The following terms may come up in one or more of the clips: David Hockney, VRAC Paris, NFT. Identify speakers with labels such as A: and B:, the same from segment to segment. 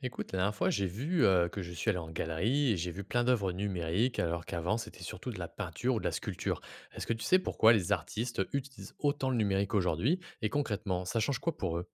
A: Écoute, la dernière fois, j'ai vu que je suis allé en galerie et j'ai vu plein d'œuvres numériques, alors qu'avant, c'était surtout de la peinture ou de la sculpture. Est-ce que tu sais pourquoi les artistes utilisent autant le numérique aujourd'hui? Et concrètement, ça change quoi pour eux?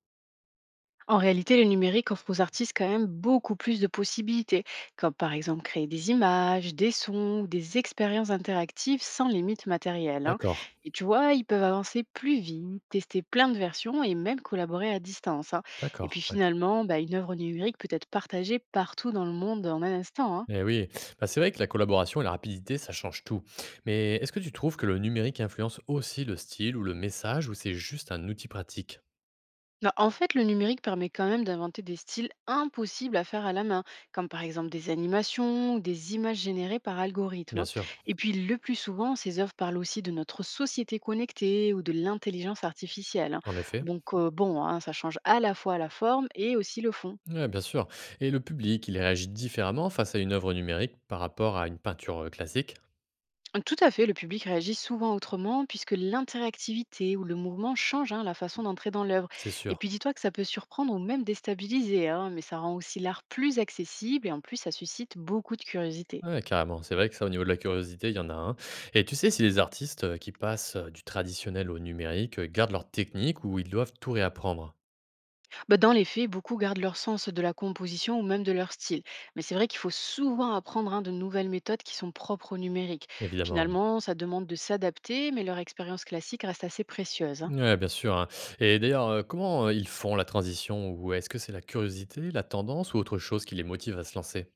B: En réalité, le numérique offre aux artistes quand même beaucoup plus de possibilités, comme par exemple créer des images, des sons ou des expériences interactives sans limite matérielle, hein.
A: D'accord,
B: Et tu vois, ils peuvent avancer plus vite, tester plein de versions et même collaborer à distance, hein. Et puis
A: d'accord, ouais.
B: finalement, bah, une œuvre numérique peut être partagée partout dans le monde en un instant, hein.
A: Eh oui, bah, c'est vrai que la collaboration et la rapidité, ça change tout. Mais est-ce que tu trouves que le numérique influence aussi le style ou le message, ou c'est juste un outil pratique?
B: Bah, en fait, le numérique permet quand même d'inventer des styles impossibles à faire à la main, comme par exemple des animations ou des images générées par algorithme,
A: Bien
B: hein.
A: sûr,
B: Et puis, le plus souvent, ces œuvres parlent aussi de notre société connectée ou de l'intelligence artificielle, hein.
A: en effet.
B: Donc, bon, hein, ça change à la fois la forme et aussi le fond.
A: Ouais, bien sûr. Et le public, il réagit différemment face à une œuvre numérique par rapport à une peinture classique?
B: Tout à fait, le public réagit souvent autrement puisque l'interactivité ou le mouvement change, hein, la façon d'entrer dans l'œuvre.
A: C'est
B: Et
A: sûr.
B: puis dis-toi que ça peut surprendre ou même déstabiliser, hein, mais ça rend aussi l'art plus accessible et en plus ça suscite beaucoup de curiosité.
A: Ouais, carrément. C'est vrai que ça, au niveau de la curiosité, il y en a un. Et tu sais si les artistes qui passent du traditionnel au numérique gardent leur technique ou ils doivent tout réapprendre?
B: Bah, dans les faits, beaucoup gardent leur sens de la composition ou même de leur style, mais c'est vrai qu'il faut souvent apprendre, hein, de nouvelles méthodes qui sont propres au numérique.
A: Évidemment, oui.
B: Finalement, ça demande de s'adapter, mais leur expérience classique reste assez précieuse, hein.
A: Ouais, bien sûr. Hein. Et d'ailleurs, comment ils font la transition? Ou est-ce que c'est la curiosité, la tendance ou autre chose qui les motive à se lancer?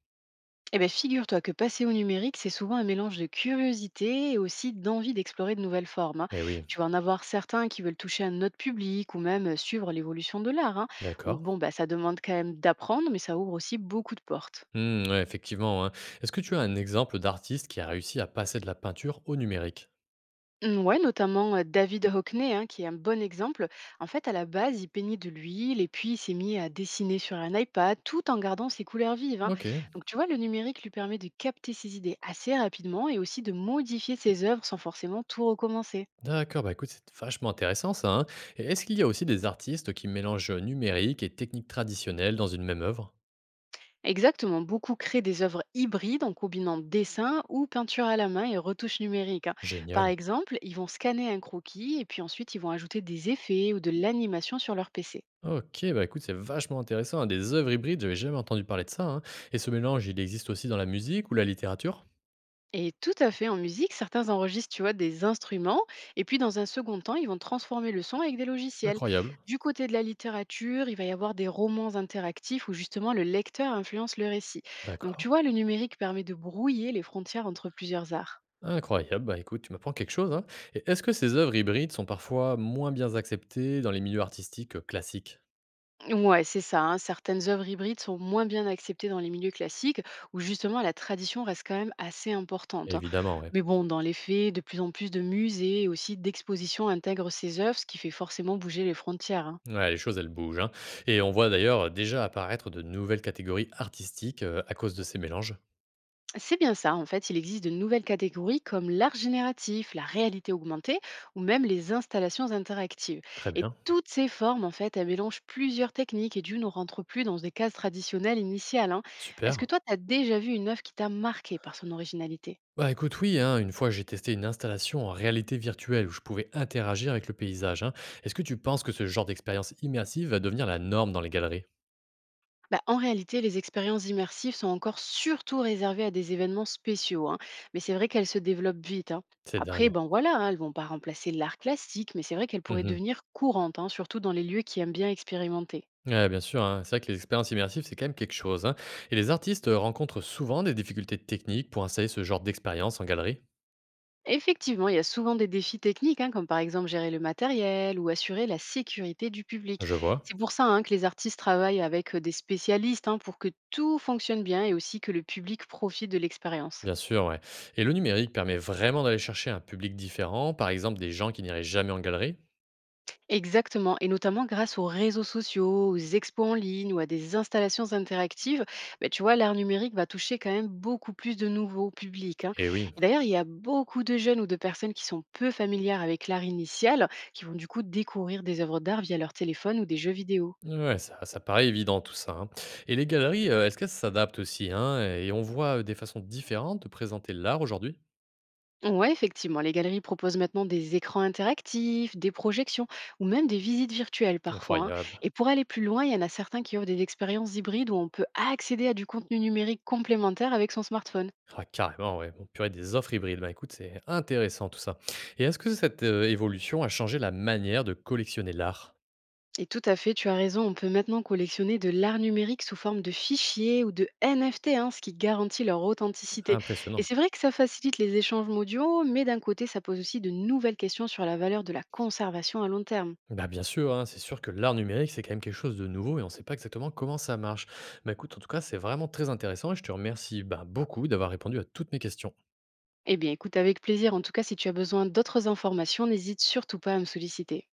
B: Eh bien, figure-toi que passer au numérique, c'est souvent un mélange de curiosité et aussi d'envie d'explorer de nouvelles formes, hein.
A: Eh oui,
B: Tu vas en avoir certains qui veulent toucher un autre public ou même suivre l'évolution de l'art, hein. Donc
A: d'accord.
B: bon, bah, ça demande quand même d'apprendre, mais ça ouvre aussi beaucoup de portes.
A: Hmm, ouais, effectivement. Hein. Est-ce que tu as un exemple d'artiste qui a réussi à passer de la peinture au numérique?
B: Mm, ouais, notamment David Hockney, hein, qui est un bon exemple. En fait, à la base, il peignait de l'huile et puis il s'est mis à dessiner sur un iPad tout en gardant ses couleurs vives, hein.
A: Ok.
B: Donc tu vois, le numérique lui permet de capter ses idées assez rapidement et aussi de modifier ses œuvres sans forcément tout recommencer.
A: D'accord, bah écoute, c'est vachement intéressant ça. Hein. Et est-ce qu'il y a aussi des artistes qui mélangent numérique et technique traditionnelle dans une même œuvre?
B: Exactement, beaucoup créent des œuvres hybrides en combinant dessin ou peinture à la main et retouches numériques, hein. Par
A: Génial.
B: exemple, ils vont scanner un croquis et puis ensuite ils vont ajouter des effets ou de l'animation sur leur PC.
A: Ok, bah écoute, c'est vachement intéressant. Hein. Des œuvres hybrides, j'avais jamais entendu parler de ça. Hein. Et ce mélange, il existe aussi dans la musique ou la littérature?
B: Et tout à fait, en musique, certains enregistrent, tu vois, des instruments et puis dans un second temps, ils vont transformer le son avec des logiciels.
A: Incroyable.
B: Du côté de la littérature, il va y avoir des romans interactifs où justement le lecteur influence le récit. Donc
A: D'accord.
B: tu vois, le numérique permet de brouiller les frontières entre plusieurs arts.
A: Incroyable, bah écoute, tu m'apprends quelque chose. Hein. Et est-ce que ces œuvres hybrides sont parfois moins bien acceptées dans les milieux artistiques classiques?
B: Ouais, c'est ça, hein. Certaines œuvres hybrides sont moins bien acceptées dans les milieux classiques, où justement la tradition reste quand même assez importante, hein.
A: Évidemment, ouais.
B: Mais bon, dans les faits, de plus en plus de musées et aussi d'expositions intègrent ces œuvres, ce qui fait forcément bouger les frontières, hein.
A: Ouais, les choses, elles bougent, hein. Et on voit d'ailleurs déjà apparaître de nouvelles catégories artistiques à cause de ces mélanges.
B: C'est bien ça, en fait, il existe de nouvelles catégories comme l'art génératif, la réalité augmentée ou même les installations interactives.
A: Très
B: Et
A: bien,
B: toutes ces formes, en fait, elles mélangent plusieurs techniques et du ne rentrent plus dans des cases traditionnelles initiales, hein. Est-ce que
A: super.
B: toi, tu as déjà vu une œuvre qui t'a marqué par son originalité?
A: Bah écoute, oui, hein, une fois j'ai testé une installation en réalité virtuelle où je pouvais interagir avec le paysage. Hein. Est-ce que tu penses que ce genre d'expérience immersive va devenir la norme dans les galeries?
B: Bah, en réalité, les expériences immersives sont encore surtout réservées à des événements spéciaux, hein, mais c'est vrai qu'elles se développent vite, hein.
A: C'est dingue.
B: Après, ben voilà, hein, elles vont pas remplacer l'art classique, mais c'est vrai qu'elles pourraient
A: Mhm.
B: devenir courantes, hein, surtout dans les lieux qui aiment bien expérimenter.
A: Ouais, bien sûr, hein, c'est vrai que les expériences immersives, c'est quand même quelque chose. Hein. Et les artistes rencontrent souvent des difficultés techniques pour installer ce genre d'expérience en galerie.
B: Effectivement, il y a souvent des défis techniques, hein, comme par exemple gérer le matériel ou assurer la sécurité du public.
A: Je vois.
B: C'est pour ça, hein, que les artistes travaillent avec des spécialistes, hein, pour que tout fonctionne bien et aussi que le public profite de l'expérience.
A: Bien sûr, ouais. Et le numérique permet vraiment d'aller chercher un public différent, par exemple des gens qui n'iraient jamais en galerie.
B: Exactement, et notamment grâce aux réseaux sociaux, aux expos en ligne ou à des installations interactives, bah, tu vois, l'art numérique va toucher quand même beaucoup plus de nouveaux publics, hein.
A: Et oui,
B: Et d'ailleurs, il y a beaucoup de jeunes ou de personnes qui sont peu familières avec l'art initial, qui vont du coup découvrir des œuvres d'art via leur téléphone ou des jeux vidéo.
A: ouais, ça paraît évident tout ça. Hein. Et les galeries, est-ce qu'elles s'adaptent aussi hein, Et on voit des façons différentes de présenter l'art aujourd'hui?
B: Ouais, effectivement, les galeries proposent maintenant des écrans interactifs, des projections ou même des visites virtuelles parfois, hein.
A: Incroyable.
B: Et pour aller plus loin, il y en a certains qui offrent des expériences hybrides où on peut accéder à du contenu numérique complémentaire avec son smartphone.
A: Ah, carrément, ouais. Bon, purée, des offres hybrides. Bah, écoute, c'est intéressant tout ça. Et est-ce que cette évolution a changé la manière de collectionner l'art?
B: Et tout à fait, tu as raison, on peut maintenant collectionner de l'art numérique sous forme de fichiers ou de NFT, hein, ce qui garantit leur authenticité. Et
A: Impressionnant.
B: c'est vrai que ça facilite les échanges mondiaux, mais d'un côté, ça pose aussi de nouvelles questions sur la valeur de la conservation à long terme.
A: Bah, bien sûr, hein, c'est sûr que l'art numérique, c'est quand même quelque chose de nouveau et on ne sait pas exactement comment ça marche. Mais écoute, en tout cas, c'est vraiment très intéressant et je te remercie bah, beaucoup d'avoir répondu à toutes mes questions.
B: Eh bien, écoute, avec plaisir. En tout cas, si tu as besoin d'autres informations, n'hésite surtout pas à me solliciter.